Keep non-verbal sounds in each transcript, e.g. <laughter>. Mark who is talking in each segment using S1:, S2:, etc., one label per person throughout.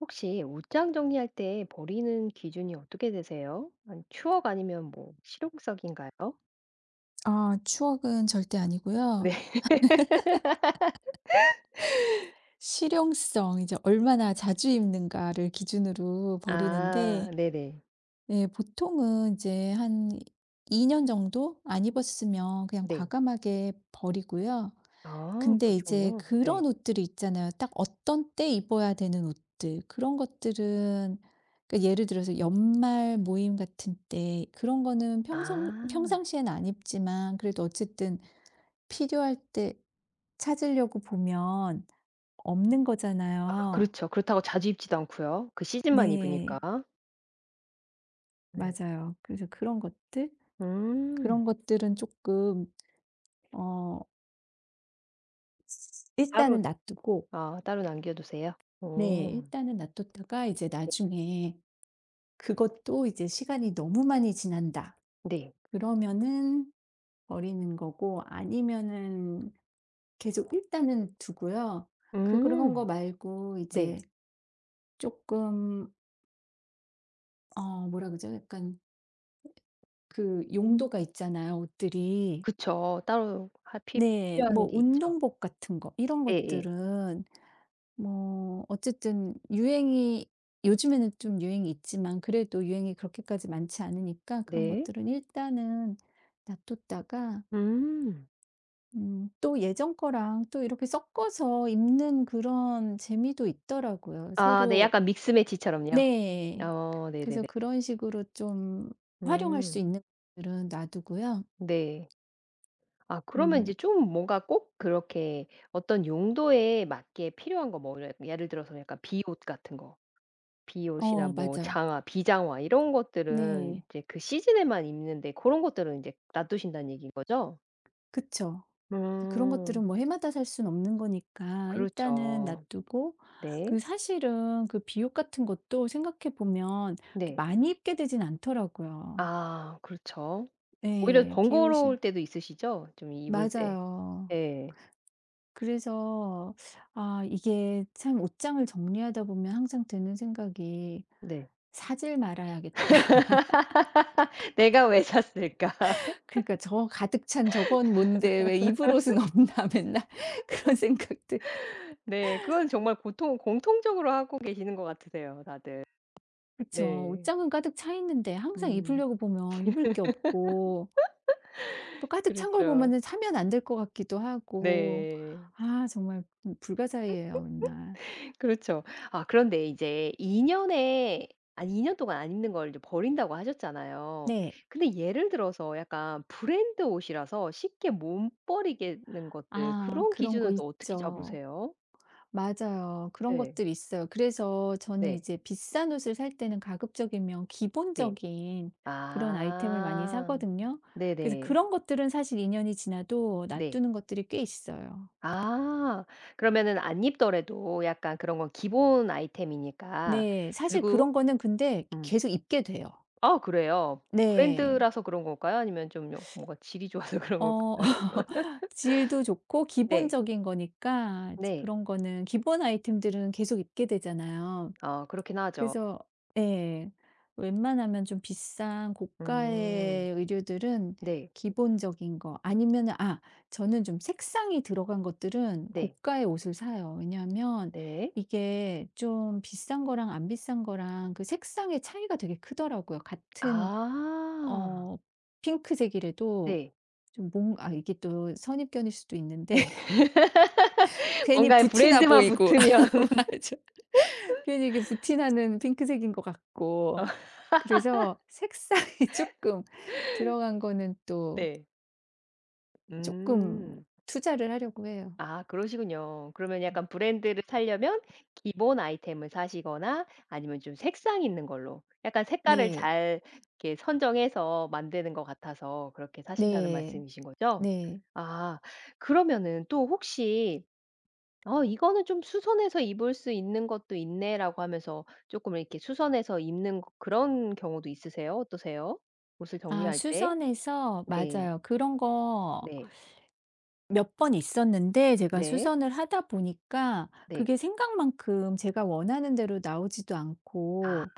S1: 혹시 옷장 정리할 때 버리는 기준이 어떻게 되세요? 아니 추억 아니면 뭐 실용적인가요?
S2: 아 추억은 절대 아니고요.
S1: 네. <laughs>
S2: 실용성, 이제 얼마나 자주 입는가를 기준으로
S1: 아
S2: 버리는데,
S1: 네네.
S2: 예 보통은 이제 한 2년 정도 안 입었으면 그냥
S1: 네.
S2: 과감하게 버리고요.
S1: 아
S2: 근데 이제
S1: 그러시군요. 네.
S2: 그런 옷들이 있잖아요. 딱 어떤 때 입어야 되는 옷들. 그런 것들은, 그러니까 예를 들어서 연말 모임 같은 때, 그런 거는 평상
S1: 아.
S2: 평상시엔 안 입지만, 그래도 어쨌든 필요할 때 찾으려고 보면 없는
S1: 아
S2: 거잖아요.
S1: 그렇죠. 그렇다고 자주 입지도 않고요. 그 시즌만 입으니까.
S2: 네.
S1: 네.
S2: 맞아요. 그래서 그런 것들?
S1: 음.
S2: 그런 것들은 조금 어
S1: 따로
S2: 일단은 놔두고,
S1: 아 따로 남겨 두세요?
S2: 네
S1: 오
S2: 일단은 놔뒀다가 이제
S1: 네.
S2: 나중에 그것도 이제 '시간이 너무 많이 지난다.'
S1: 네.
S2: 그러면은 버리는 거고, 아니면은 계속 일단은 두고요. 그런 거
S1: 음.
S2: 말고
S1: 네.
S2: 이제 조금 뭐라 그러죠? 약간 그 용도가 있잖아요, 옷들이.
S1: 그쵸. 따로 하 필
S2: 네.
S1: 필요한
S2: 뭐
S1: 게 있죠.
S2: 운동복 같은 거, 이런
S1: 예예.
S2: 것들은 뭐 어쨌든 유행이, 요즘에는 좀 유행이 있지만, 그래도 유행이 그렇게까지 많지 않으니까 그런
S1: 네.
S2: 것들은 일단은 놔뒀다가
S1: 음.
S2: 또 예전 거랑 또 이렇게 섞어서 입는 그런 재미도 있더라고요.
S1: 아 네.
S2: 새로.
S1: 약간 믹스 매치처럼요.
S2: 네.
S1: 어
S2: 그래서
S1: 네네네.
S2: 그런 식으로 좀 활용할 수
S1: 음
S2: 있는 것들은 놔두고요.
S1: 네. 아 그러면
S2: 음.
S1: 이제 좀 뭔가 꼭 그렇게 어떤 용도에 맞게 필요한 거 뭐 예를 들어서 약간 비옷 같은 거 비옷이나
S2: 어
S1: 뭐
S2: 맞아요.
S1: 장화, 비장화 이런 것들은
S2: 네.
S1: 이제 그 시즌에만 입는데 고런 것들은 인제 놔두신다는 얘기인 거죠?
S2: 그쵸. 근데 그런
S1: 음.
S2: 것들은 뭐 해마다 살 수는 없는 거니까 일단은
S1: 그렇죠.
S2: 놔두고,
S1: 네.
S2: 그 사실은 그 비옷 같은 것도 생각해 보면 이렇게
S1: 네.
S2: 많이 입게 되진 않더라고요.
S1: 아 그렇죠. 오히려
S2: 예.
S1: 번거로울
S2: 비옷이.
S1: 때도 있으시죠? 좀 입을 때.
S2: 맞아요.
S1: 예.
S2: 그래서 아 이게 참, 옷장을 정리하다 보면 항상 드는 생각이
S1: 네.
S2: '사질 말아야겠다.'
S1: 내가 왜 샀을까? <laughs>
S2: <laughs> 그러니까 '저 가득 찬 저건 뭔데, 왜 입을 옷은 없나.' <laughs> 맨날 그런 생각들.
S1: 네. 그건 정말 고통 공통적으로 하고 계시는 것 같으세요 다들.
S2: 그쵸.
S1: 네.
S2: 옷장은 가득 차 있는데 항상
S1: 음.
S2: 입으려고 보면 입을 게 없고, 또 가득 찬 걸
S1: 그렇죠.
S2: 보면은 사면 안 될 것 같기도 하고.
S1: 네.
S2: 아 정말 불가사의예요 맨날.
S1: 그렇죠. 아 그런데 이제 2 년에 아니 2년 동안 안 입는 걸 이제 버린다고 하셨잖아요.
S2: 네.
S1: 근데 예를 들어서 약간 브랜드 옷이라서 쉽게 못 버리겠는 것들
S2: 아
S1: 그런
S2: 그런 거
S1: 기준은 또 어떻게
S2: 있죠.
S1: 잡으세요?
S2: 맞아요. 그런 것
S1: 네.
S2: 들 있어요. 그래서 저는
S1: 네.
S2: 이제 비싼 옷을 살 때는 가급적이면
S1: 네.
S2: 기본적인 그런 아이템을 많이
S1: 아.
S2: 사거든요. 그래서
S1: 네네.
S2: 그런 것들은 사실 2 년이 지나도
S1: 네.
S2: 놔두는 것들이 꽤 있어요.
S1: 아. 그러면은 안 입더라도 약간 그런 건 기본 아이템이니까
S2: 네. 사실
S1: 그리고
S2: 그런 거는 근데
S1: 음.
S2: 계속 입게 돼요.
S1: 아 그래요?
S2: 네.
S1: 브랜드라서 그런 걸까요? 아니면 좀요 뭔가 질이 좋아서 <laughs> 그런
S2: 어
S1: 걸까요?
S2: <laughs> 질도 좋고
S1: 네.
S2: 기본적인 거니까, 이제
S1: 네.
S2: 그런 거는, 기본 아이템들은 계속 입게 되잖아요.
S1: 아 그렇긴 하죠.
S2: 그래서 예. 웬만하면 좀 비싼
S1: 음.
S2: 고가의 의류들은
S1: 네.
S2: 기본적인 거 아니면은, 아 저는 좀 색상이 들어간 것들은
S1: 네.
S2: 고가의 옷을 사요. 왜냐하면
S1: 네.
S2: 이게 좀 비싼 거랑 안 비싼 거랑 그 색상의 차이가 되게 크더라고요. 같은
S1: 아.
S2: 어 핑크색이라도
S1: 네.
S2: 좀 뭔 아 이게 또 선입견일 수도 있는데
S1: 예.
S2: <laughs> 괜히
S1: 뭔가 <laughs>
S2: 부티나
S1: 브랜드만
S2: 보이고
S1: 붙으면
S2: <laughs> 맞아. 괜히 이게 부티나는 핑크색인 것 같고,
S1: 어
S2: 그래서 색상이 <laughs> 조금 들어간 거는 또
S1: 네.
S2: 조금
S1: 음.
S2: 투자를 하려고 해요.
S1: 아 그러시군요. 그러면
S2: 음.
S1: 약간 브랜드를 사려면 기본 아이템을 사시거나 아니면 좀 색상 있는 걸로 약간 색깔을
S2: 네.
S1: 잘 이렇게 선정해서 만드는 것 같아서 그렇게 사신다는
S2: 네.
S1: 말씀이신 거죠?
S2: 네.
S1: 아 그러면은 또 혹시 '어 이거는 좀 수선해서 입을 수 있는 것도 있네.'라고 하면서 조금 이렇게 수선해서 입는 거- 그런 경우도 있으세요? 어떠세요? 옷을
S2: 아
S1: 정리할 때?
S2: 수선해서,
S1: 네.
S2: 맞아요. 그런 거
S1: 네.
S2: 몇 번 있었는데, 제가
S1: 네.
S2: 수선을 하다 보니까
S1: 네.
S2: 그게 생각만큼 제가 원하는 대로 나오지도
S1: 아.
S2: 않고,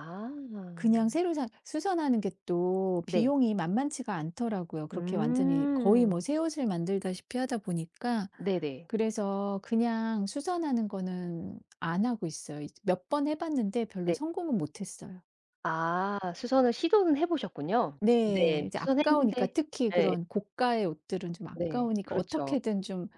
S2: 그냥 새로 사 수선하는 게 또
S1: 네.
S2: 비용이 만만치가 않더라고요. 그렇게 완전히 거의 뭐
S1: 음.
S2: 새 옷을 만들다시피 하다 보니까.
S1: 네네.
S2: 그래서 그냥 수선하는 거는 안 하고 있어요. 몇 번 해 봤는데 별로
S1: 네.
S2: 성공은 못 했어요.
S1: 아 수선을 시도는 해 보셨군요.
S2: 네.
S1: 네.
S2: 이제 아까우니까,
S1: 수선했는데
S2: 특히
S1: 예.
S2: 그런 고가의 옷들은 좀
S1: 네.
S2: 아까우니까
S1: 그렇죠.
S2: 어떻게든 좀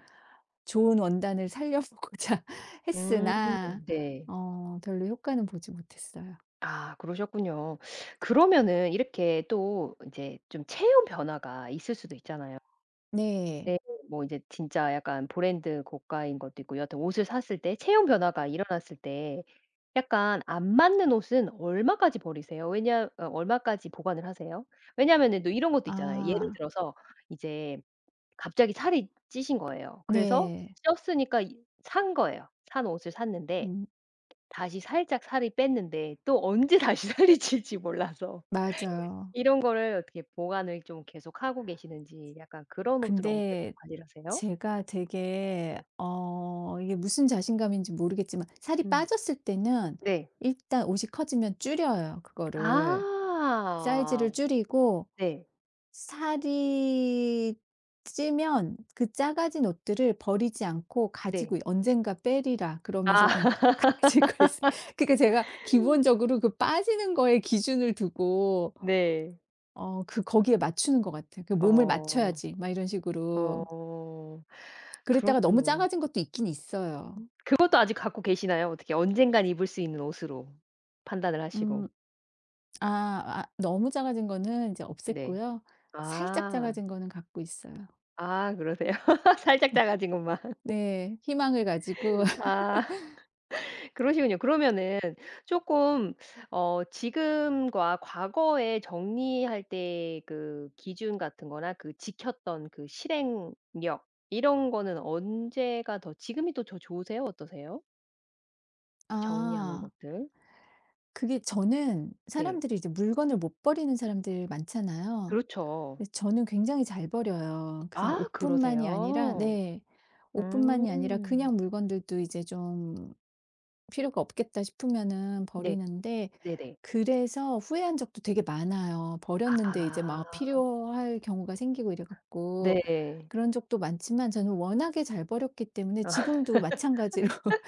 S2: 좋은 원단을 살려보고자 <laughs>
S1: 음
S2: 했으나
S1: 네.
S2: 별로 효과는 보지 못했어요.
S1: 아 그러셨군요. 그러면은 이렇게 또 인제 좀 체형 변화가 있을 수도 있잖아요.
S2: 네.
S1: 네. 뭐 이제 진짜 약간 브랜드 고가인 것도 있고 여하튼 옷을 샀을 때 체형 변화가 일어났을 때 약간 안 맞는 옷은 얼마까지 버리세요? 왜냐 어 얼마까지 보관을 하세요? 왜냐하면은 또 이런 것도 있잖아요. 예를
S2: 아
S1: 들어서 이제 갑자기 살이 찌신 거예요. 그래서
S2: 네.
S1: 쪘으니까 이 산 거예요. 산 옷을 샀는데
S2: 음
S1: 다시 살짝 살이 뺐는데 또 언제 다시 <laughs> 살이 찔지 몰라서
S2: 맞아요.
S1: 이런 거를 어떻게 보관을 좀 계속하고 계시는지 약간 그런 옷들은 어떻게
S2: 근데
S1: 관리를 하세요?
S2: 제가 되게, 이게 무슨 자신감인지 모르겠지만, 살이
S1: 음.
S2: 빠졌을 때는
S1: 네.
S2: 일단 옷이 커지면 줄여요, 그거를. 사이즈를
S1: 아.
S2: 줄이고,
S1: 네.
S2: 살이 찌면 그 작아진 옷들을 버리지 않고
S1: 네.
S2: 가지고 "언젠가 빼리라." 그러면서
S1: 아
S2: 그냥
S1: <laughs>
S2: <laughs> 가지고 있어요. 그러니까 제가 기본적으로 그 빠지는 거에 기준을 두고,
S1: 네.
S2: 거기에 맞추는 것 같아요. 그 '몸을
S1: 어.
S2: 맞춰야지.' 막 이런 식으로.
S1: 어.
S2: 그랬다가 너무
S1: 그렇군요.
S2: 작아진 것도 있긴 있어요.
S1: 음. 그것도 아직 갖고 계시나요? 어떻게 언젠간 입을 수 있는 옷으로 판단을 하시고.
S2: 음. 아 아 너무 작아진 거는 이제
S1: 네.
S2: 없앴고요. 살짝
S1: 아.
S2: 작아진 거는 갖고 있어요.
S1: 아 그러세요? <laughs> 살짝 작아진 것만.
S2: 네. 희망을 가지고.
S1: 아. 그러시군요. 그러면은 조금 어 지금과 과거에 정리할 때 그 기준 같은 거나 그 지켰던 그 실행력 이런 거는 언제가 더 지금이 또 더 좋으세요? 어떠세요? 정리하는
S2: 아.
S1: 것들.
S2: 그게, 저는
S1: 네.
S2: 사람들이 이제 물건을 못 버리는 사람들 많잖아요.
S1: 그렇죠.
S2: 근데 저는 굉장히 잘 버려요. 그냥
S1: 아
S2: 옷뿐만이 아니라.
S1: 그러세요?
S2: 네. 옷뿐만이 아니라
S1: 음.
S2: 그냥 물건들도 이제 좀 필요가 없겠다 싶으면은
S1: 네.
S2: 버리는데,
S1: 네네.
S2: 그래서 후회한 적도 되게 많아요. 버렸는데 이제
S1: 아.
S2: 막 필요할 경우가 생기고 이래 갖고.
S1: 네.
S2: 그런 적도 많지만 저는 워낙에 잘 버렸기 때문에 지금도 마찬가지로 <laughs>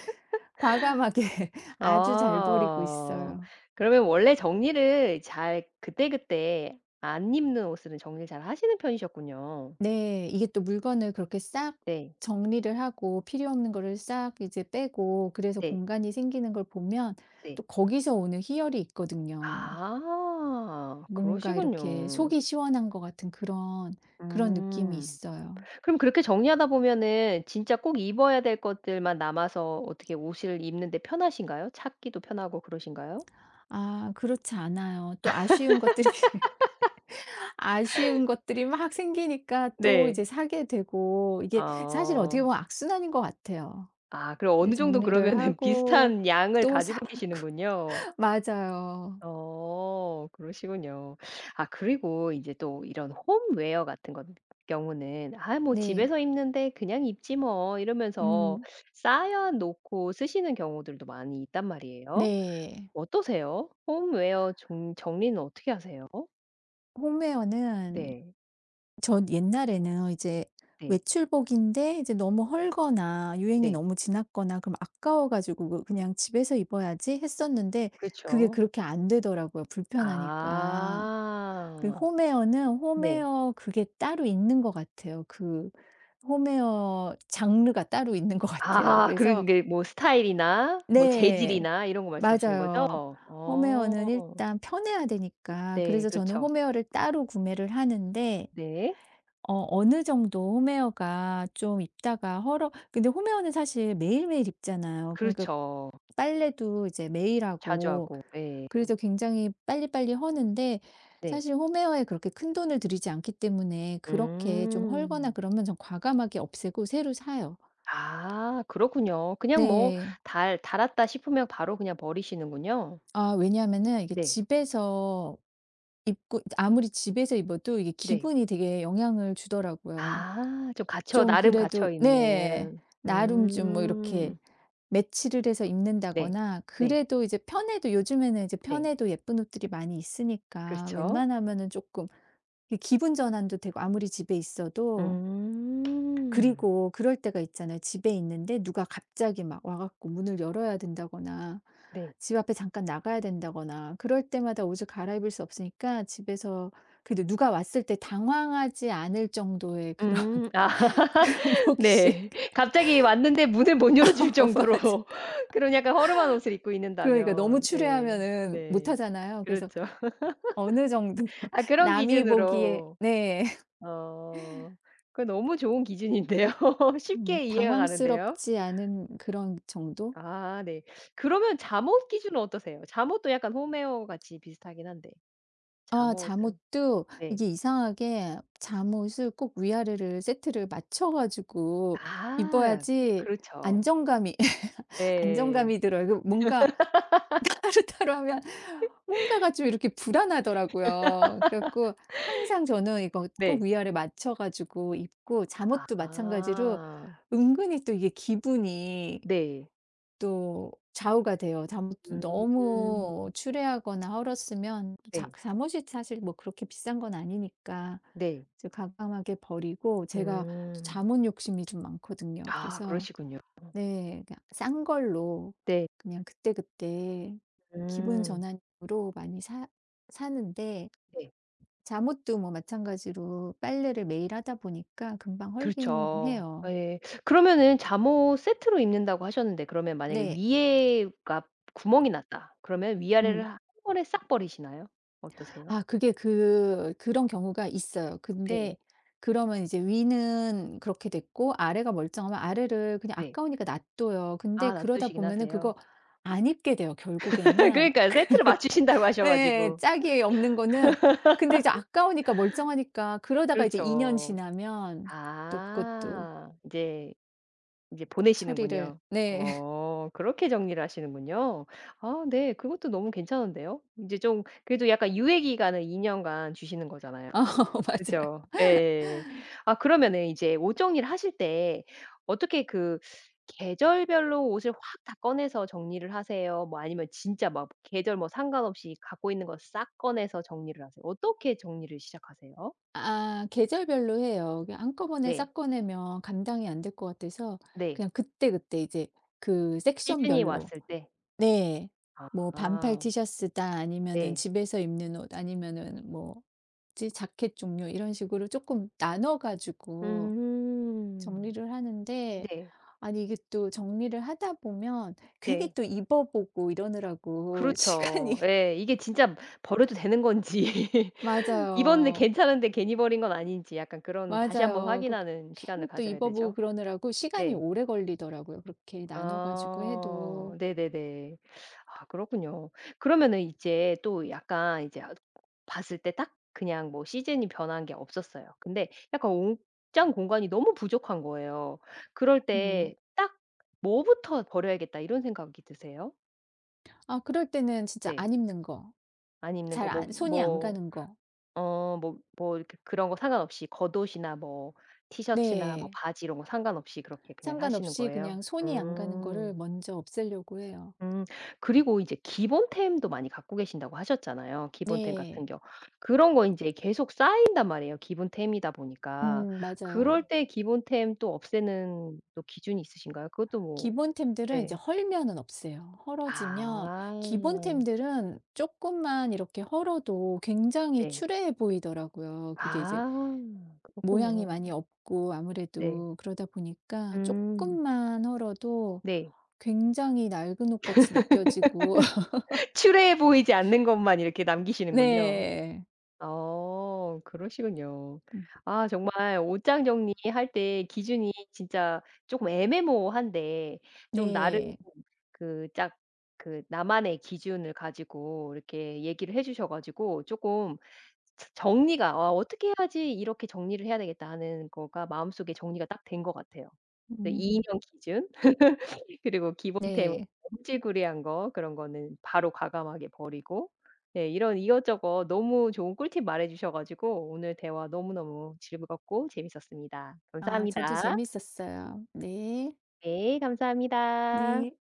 S2: 과감하게 <laughs> 아주 잘 버리고
S1: 어.
S2: 있어요.
S1: 그러면 원래 정리를 잘 그때그때 안 입는 옷은 정리를 잘 하시는 편이셨군요.
S2: 네. 이게 또, 물건을 그렇게 싹
S1: 네.
S2: 정리를 하고 필요 없는 거를 싹 이제 빼고, 그래서
S1: 네.
S2: 공간이 생기는 걸 보면
S1: 네.
S2: 또 거기서 오는 희열이 있거든요.
S1: 아.
S2: 뭔가 이렇게
S1: 그러시군요.
S2: 속이 시원한 것 같은 그런, 느낌이
S1: 음.
S2: 있어요.
S1: 그럼 그렇게 정리하다 보면은 진짜 꼭 입어야 될 것들만 남아서 어떻게 옷을 입는 데 편하신가요? 찾기도 편하고 그러신가요?
S2: 아 그렇지 않아요. 또 아쉬운 것들이 <laughs> 아쉬운 것들이 막 생기니까 또
S1: 네.
S2: 이제 사게 되고. 이게 사실 어떻게
S1: 어.
S2: 보면 악순환인 것 같아요.
S1: 아 그럼
S2: 네,
S1: 어느 정도
S2: 정리를
S1: 그러면은 <laughs>
S2: 하고
S1: 비슷한 양을
S2: 또
S1: 가지고
S2: 사고
S1: 계시는군요.
S2: <laughs> 맞아요.
S1: 어 그러시군요. 아 그리고 이제 또 이런 홈웨어 같은 것 경우는 '아 뭐
S2: 네.
S1: 집에서 입는데 그냥 입지 뭐.' 이러면서
S2: 음.
S1: 쌓여 놓고 쓰시는 경우들도 많이 있단 말이에요.
S2: 네.
S1: 어떠세요? 홈웨어 정리는 어떻게 하세요?
S2: 홈웨어는,
S1: 네.
S2: 전 옛날에는 이제
S1: 네.
S2: 외출복인데 이제 너무 헐거나 유행이
S1: 네.
S2: 너무 지났거나 그럼, 아까워 가지고 그 '그냥 집에서 입어야지.' 했었는데 그게
S1: 그렇죠.
S2: 그렇게 안 되더라고요, 불편하니까. 그
S1: 아.
S2: 홈웨어는,
S1: 네.
S2: 홈웨어 그게 따로 있는 것 같아요. 그 홈웨어 장르가 따로 있는 것 같아요.
S1: 아 그런
S2: 그래서
S1: 게 뭐 스타일이나 뭐
S2: 네.
S1: 재질이나 이런 거 말씀하시는 거죠?
S2: 맞아요.
S1: 어.
S2: 홈웨어는 일단 편해야 되니까,
S1: 네.
S2: 그래서 저는
S1: 그렇죠.
S2: 홈웨어를 따로 구매를 하는데,
S1: 네.
S2: 어느 정도 홈웨어가 좀 입다가 헐어. 근데 홈웨어는 사실 매일매일 입잖아요. 그러니까
S1: 그렇죠.
S2: 빨래도 이제 매일
S1: 자주
S2: 하고.
S1: 하고. 예.
S2: 그래서 굉장히 빨리빨리 허는데,
S1: 네.
S2: 사실 홈웨어에 그렇게 큰돈을 들이지 않기 때문에 그렇게 좀 헐거나
S1: 음.
S2: 그러면 좀 과감하게 없애고 새로 사요.
S1: 아 그렇군요. 그냥 뭐
S2: 네.
S1: 달 달았다 싶으면 바로 그냥 버리시는군요.
S2: 아 왜냐하면은 이게,
S1: 네.
S2: 집에서 입고 아무리 집에서 입어도 이게
S1: 네.
S2: 기분이 되게 영향을 주더라고요.
S1: 아 좀 갇혀
S2: 좀
S1: 나름 갇혀
S2: 그래도, 네.
S1: 있는.
S2: 나름 좀 뭐 이렇게
S1: 음.
S2: 매치를 해서
S1: 네.
S2: 입는다거나,
S1: 네.
S2: 그래도 이제 편해도, 요즘에는 이제
S1: 네.
S2: 편해도 예쁜 옷들이 많이 있으니까,
S1: 그렇죠.
S2: 웬만하면은 조금 이 기분 전환도 되고, 아무리 집에 있어도.
S1: 음.
S2: 그리고 그럴 때가 있잖아요. 집에 있는데 누가 갑자기 막 와 갖고 문을 열어야 된다거나,
S1: 네.
S2: 집 앞에 잠깐 나가야 된다거나 그럴 때마다 옷을 갈아입을 수 없으니까, 집에서 그래도 누가 왔을 때 당황하지 않을 정도의 그런
S1: 음. 아.
S2: <laughs> 그런
S1: <laughs>
S2: 복식.
S1: 네. 갑자기 왔는데 문을 못 열어
S2: <laughs>
S1: 줄
S2: 어
S1: 정도로
S2: 맞아.
S1: <laughs> 그런 약간 허름한 옷을 입고
S2: 그러니까 너무
S1: 있는다면 예.
S2: 추레하면은
S1: 네.
S2: 못하잖아요. 그래서
S1: 그렇죠.
S2: 어느 정도
S1: 아
S2: <laughs>
S1: 그런
S2: 남이 보기에.
S1: 기준으로.
S2: 네. <laughs>
S1: 어. 그거 너무 좋은 기준인데요. <laughs> 쉽게 이해가 가는데요.
S2: 당황스럽지 않은 그런 정도?
S1: 아 네. 그러면 잠옷 기준은 어떠세요? 잠옷도 약간 홈웨어 같이 비슷하긴 한데.
S2: 아
S1: 잠옷은
S2: 잠옷도
S1: 네.
S2: 이게 이상하게, 잠옷을 꼭 위아래를 세트를 맞춰 가지고
S1: 아.
S2: 입어야지
S1: 그렇죠.
S2: 안정감이 <laughs>
S1: 네.
S2: 안정감이 들어요. 그 뭔가 <laughs> 따로따로 하면 뭔가가 좀 이렇게 불안하더라고요. 그래 갖고 항상 저는 이거 꼭
S1: 네.
S2: 위아래 맞춰 가지고 입고, 잠옷도 마찬가지로
S1: 아.
S2: 은근히 또 이게 기분이
S1: 네.
S2: 또 좌우가 돼요. 잠옷
S1: 음.
S2: 너무 추레하거나 헐었으면, 자
S1: 네.
S2: 잠옷이 사실 뭐 그렇게 비싼 건 아니니까
S1: 네.
S2: 이 과감하게 버리고, 제가 또
S1: 음.
S2: 잠옷 욕심이 좀 많거든요.
S1: 아
S2: 그래서
S1: 그러시군요.
S2: 네 그냥 싼 걸로
S1: 네.
S2: 그냥 그때그때 기분
S1: 음.
S2: 전환으로 많이 사 사는데,
S1: 네.
S2: 잠옷도 뭐 마찬가지로 빨래를 매일 하다 보니까 금방 헐긴
S1: 그렇죠.
S2: 해요.
S1: 예. 그러면은 잠옷 세트로 입는다고 하셨는데 그러면 만약에
S2: 네.
S1: 위에가 구멍이 났다. 그러면 위아래를
S2: 음.
S1: 한 번에 싹 버리시나요? 어떠세요?
S2: 아 그게, 그런 경우가 있어요.
S1: 네.
S2: 근데 그러면 이제 위는 그렇게 됐고 아래가 멀쩡하면 아래를 그냥
S1: 네.
S2: 아까우니까 놔둬요. 근데
S1: 아
S2: 그러다
S1: 놔두시긴
S2: 보면은
S1: 하세요.
S2: 그거 안 입게 돼요,
S1: <laughs>
S2: 결국에는.
S1: 그러니까요. 세트를 맞추신다고 하셔
S2: 예예.
S1: 가지고.
S2: 짝이 없는 거는. 근데 이제 아까우니까, 멀쩡하니까. 그러다가 이제 2년
S1: 그렇죠.
S2: 지나면 또 그것도
S1: 아. 이제, 이제
S2: 처리를.
S1: 보내시는군요.
S2: 네. <laughs>
S1: 어 그렇게 정리를 하시는군요. 아 네. 그것도 너무 괜찮은데요. 이제 좀 그래도 약간 유예 기간을 2 년간 주시는 거잖아요.
S2: 어 맞아요.
S1: 그죠. 예. 아 그러면은 이제 옷 정리를 하실 때 어떻게 그 계절별로 옷을 확 다 꺼내서 정리를 하세요? 뭐 아니면 진짜 막 계절 뭐 상관없이 갖고 있는 거 싹 꺼내서 정리를 하세요? 어떻게 정리를 시작하세요?
S2: 아 계절별로 해요. 그냥 한꺼번에
S1: 네.
S2: 싹 꺼내면 감당이 안 될 것 같아서
S1: 네.
S2: 그냥 그때그때 이제 그
S1: 시즌이
S2: 섹션별로.
S1: 왔을 때.
S2: 네. 뭐 반팔
S1: 아.
S2: 티셔츠다, 아니면은
S1: 네.
S2: 집에서 입는 옷, 아니면은 뭐 뭐지, 자켓 종류, 이런 식으로 조금 나눠 가지고
S1: 음.
S2: 정리를 하는데,
S1: 네.
S2: 아니 이게 또 정리를 하다 보면 괜히
S1: 네.
S2: 또 입어 보고 이러느라고 <laughs> 시간이
S1: 그렇죠. 예.
S2: <laughs>
S1: 이게 진짜 버려도 되는 건지 <laughs> 입었는데
S2: 맞아요.
S1: 괜찮은데 괜히 버린 건 아닌지 약간 그런 다시 한번
S2: 맞아요. 그
S1: 확인하는 시간을
S2: 괜히 또
S1: 가져야
S2: 입어 보고
S1: 되죠.
S2: 그러느라고 시간이
S1: 네.
S2: 오래 걸리더라고요, 그렇게 나눠 가지고
S1: 아.
S2: 해도.
S1: 네네네. 아 그렇군요. 그러면은 이제 또 약간 이제 아 봤을 때 딱 그냥 뭐 시즌이 변한 게 없었어요. 근데 약간 옷장 공간이 너무 부족한 거예요. 그럴
S2: 음.
S1: 때 '딱 뭐부터 버려야겠다.' 이런 생각이 드세요?
S2: 아 그럴 때는 진짜
S1: 네.
S2: 안 입는 거.
S1: 안 입는
S2: 잘
S1: 거뭐
S2: 안 손이 안
S1: 뭐
S2: 가는 거.
S1: 어 뭐 뭐 이렇게 그런 거 상관없이 겉옷이나 뭐 티셔츠나 뭐
S2: 네.
S1: 바지 이런 거 상관없이 그렇게 그냥 하시는
S2: 상관없이
S1: 거예요?
S2: 그냥 손이 안 가는 거를
S1: 음.
S2: 먼저 없애려고 해요.
S1: 음. 그리고 이제 기본템도 많이 갖고 계신다고 하셨잖아요, 기본템 같은
S2: 네.
S1: 경우. 그런 거 이제 계속 쌓인단 말이에요, 기본템이다 보니까. 그럴
S2: 맞아요.
S1: 때 기본템 또 없애는 또 기준이 있으신가요? 그것도 뭐
S2: 기본템들은 이제
S1: 네.
S2: 헐면은 없애요. 헐어지면,
S1: 아.
S2: 기본템들은 조금만 이렇게 헐어도 굉장히
S1: 네.
S2: 추레해 보이더라고요. 그게 이제
S1: 아.
S2: 모양이
S1: 그렇군요.
S2: 많이 없고
S1: 네.
S2: 아무래도, 그러다 보니까 조
S1: 음.
S2: 금만 헐어도
S1: 네.
S2: 굉장히 낡은 옷같이 느껴지고 <laughs>
S1: 추레해 보이지 않는 것만 이렇게 남기시는군요.
S2: 네.
S1: 어 그러시군요.
S2: 음.
S1: 아 정말 옷장 정리할 때 기준이 진짜 조금 애매모호한데 좀 나름
S2: 네.
S1: 그 짝 그 나만의 기준을 가지고 이렇게 얘기를 해 주셔 가지고 조금 스 정리가 '아 어떻게 해야지 이렇게 정리를 해야 되겠다.' 하는 거가 마음속에 정리가 딱 된 것 같아요. 이2
S2: 음.
S1: 인용 기준 <laughs> 그리고 기본템
S2: 네.
S1: 흠질구레한 거 그런 거는 바로 과감하게 버리고 네 이런 이것저것 너무 좋은 꿀팁 말해 주셔 가지고 오늘 대화 너무너무 즐겁고 재밌었습니다.
S2: 아 저도
S1: 감사합니다.
S2: 재밌었어요. 네.
S1: 네 감사합니다.
S2: 네.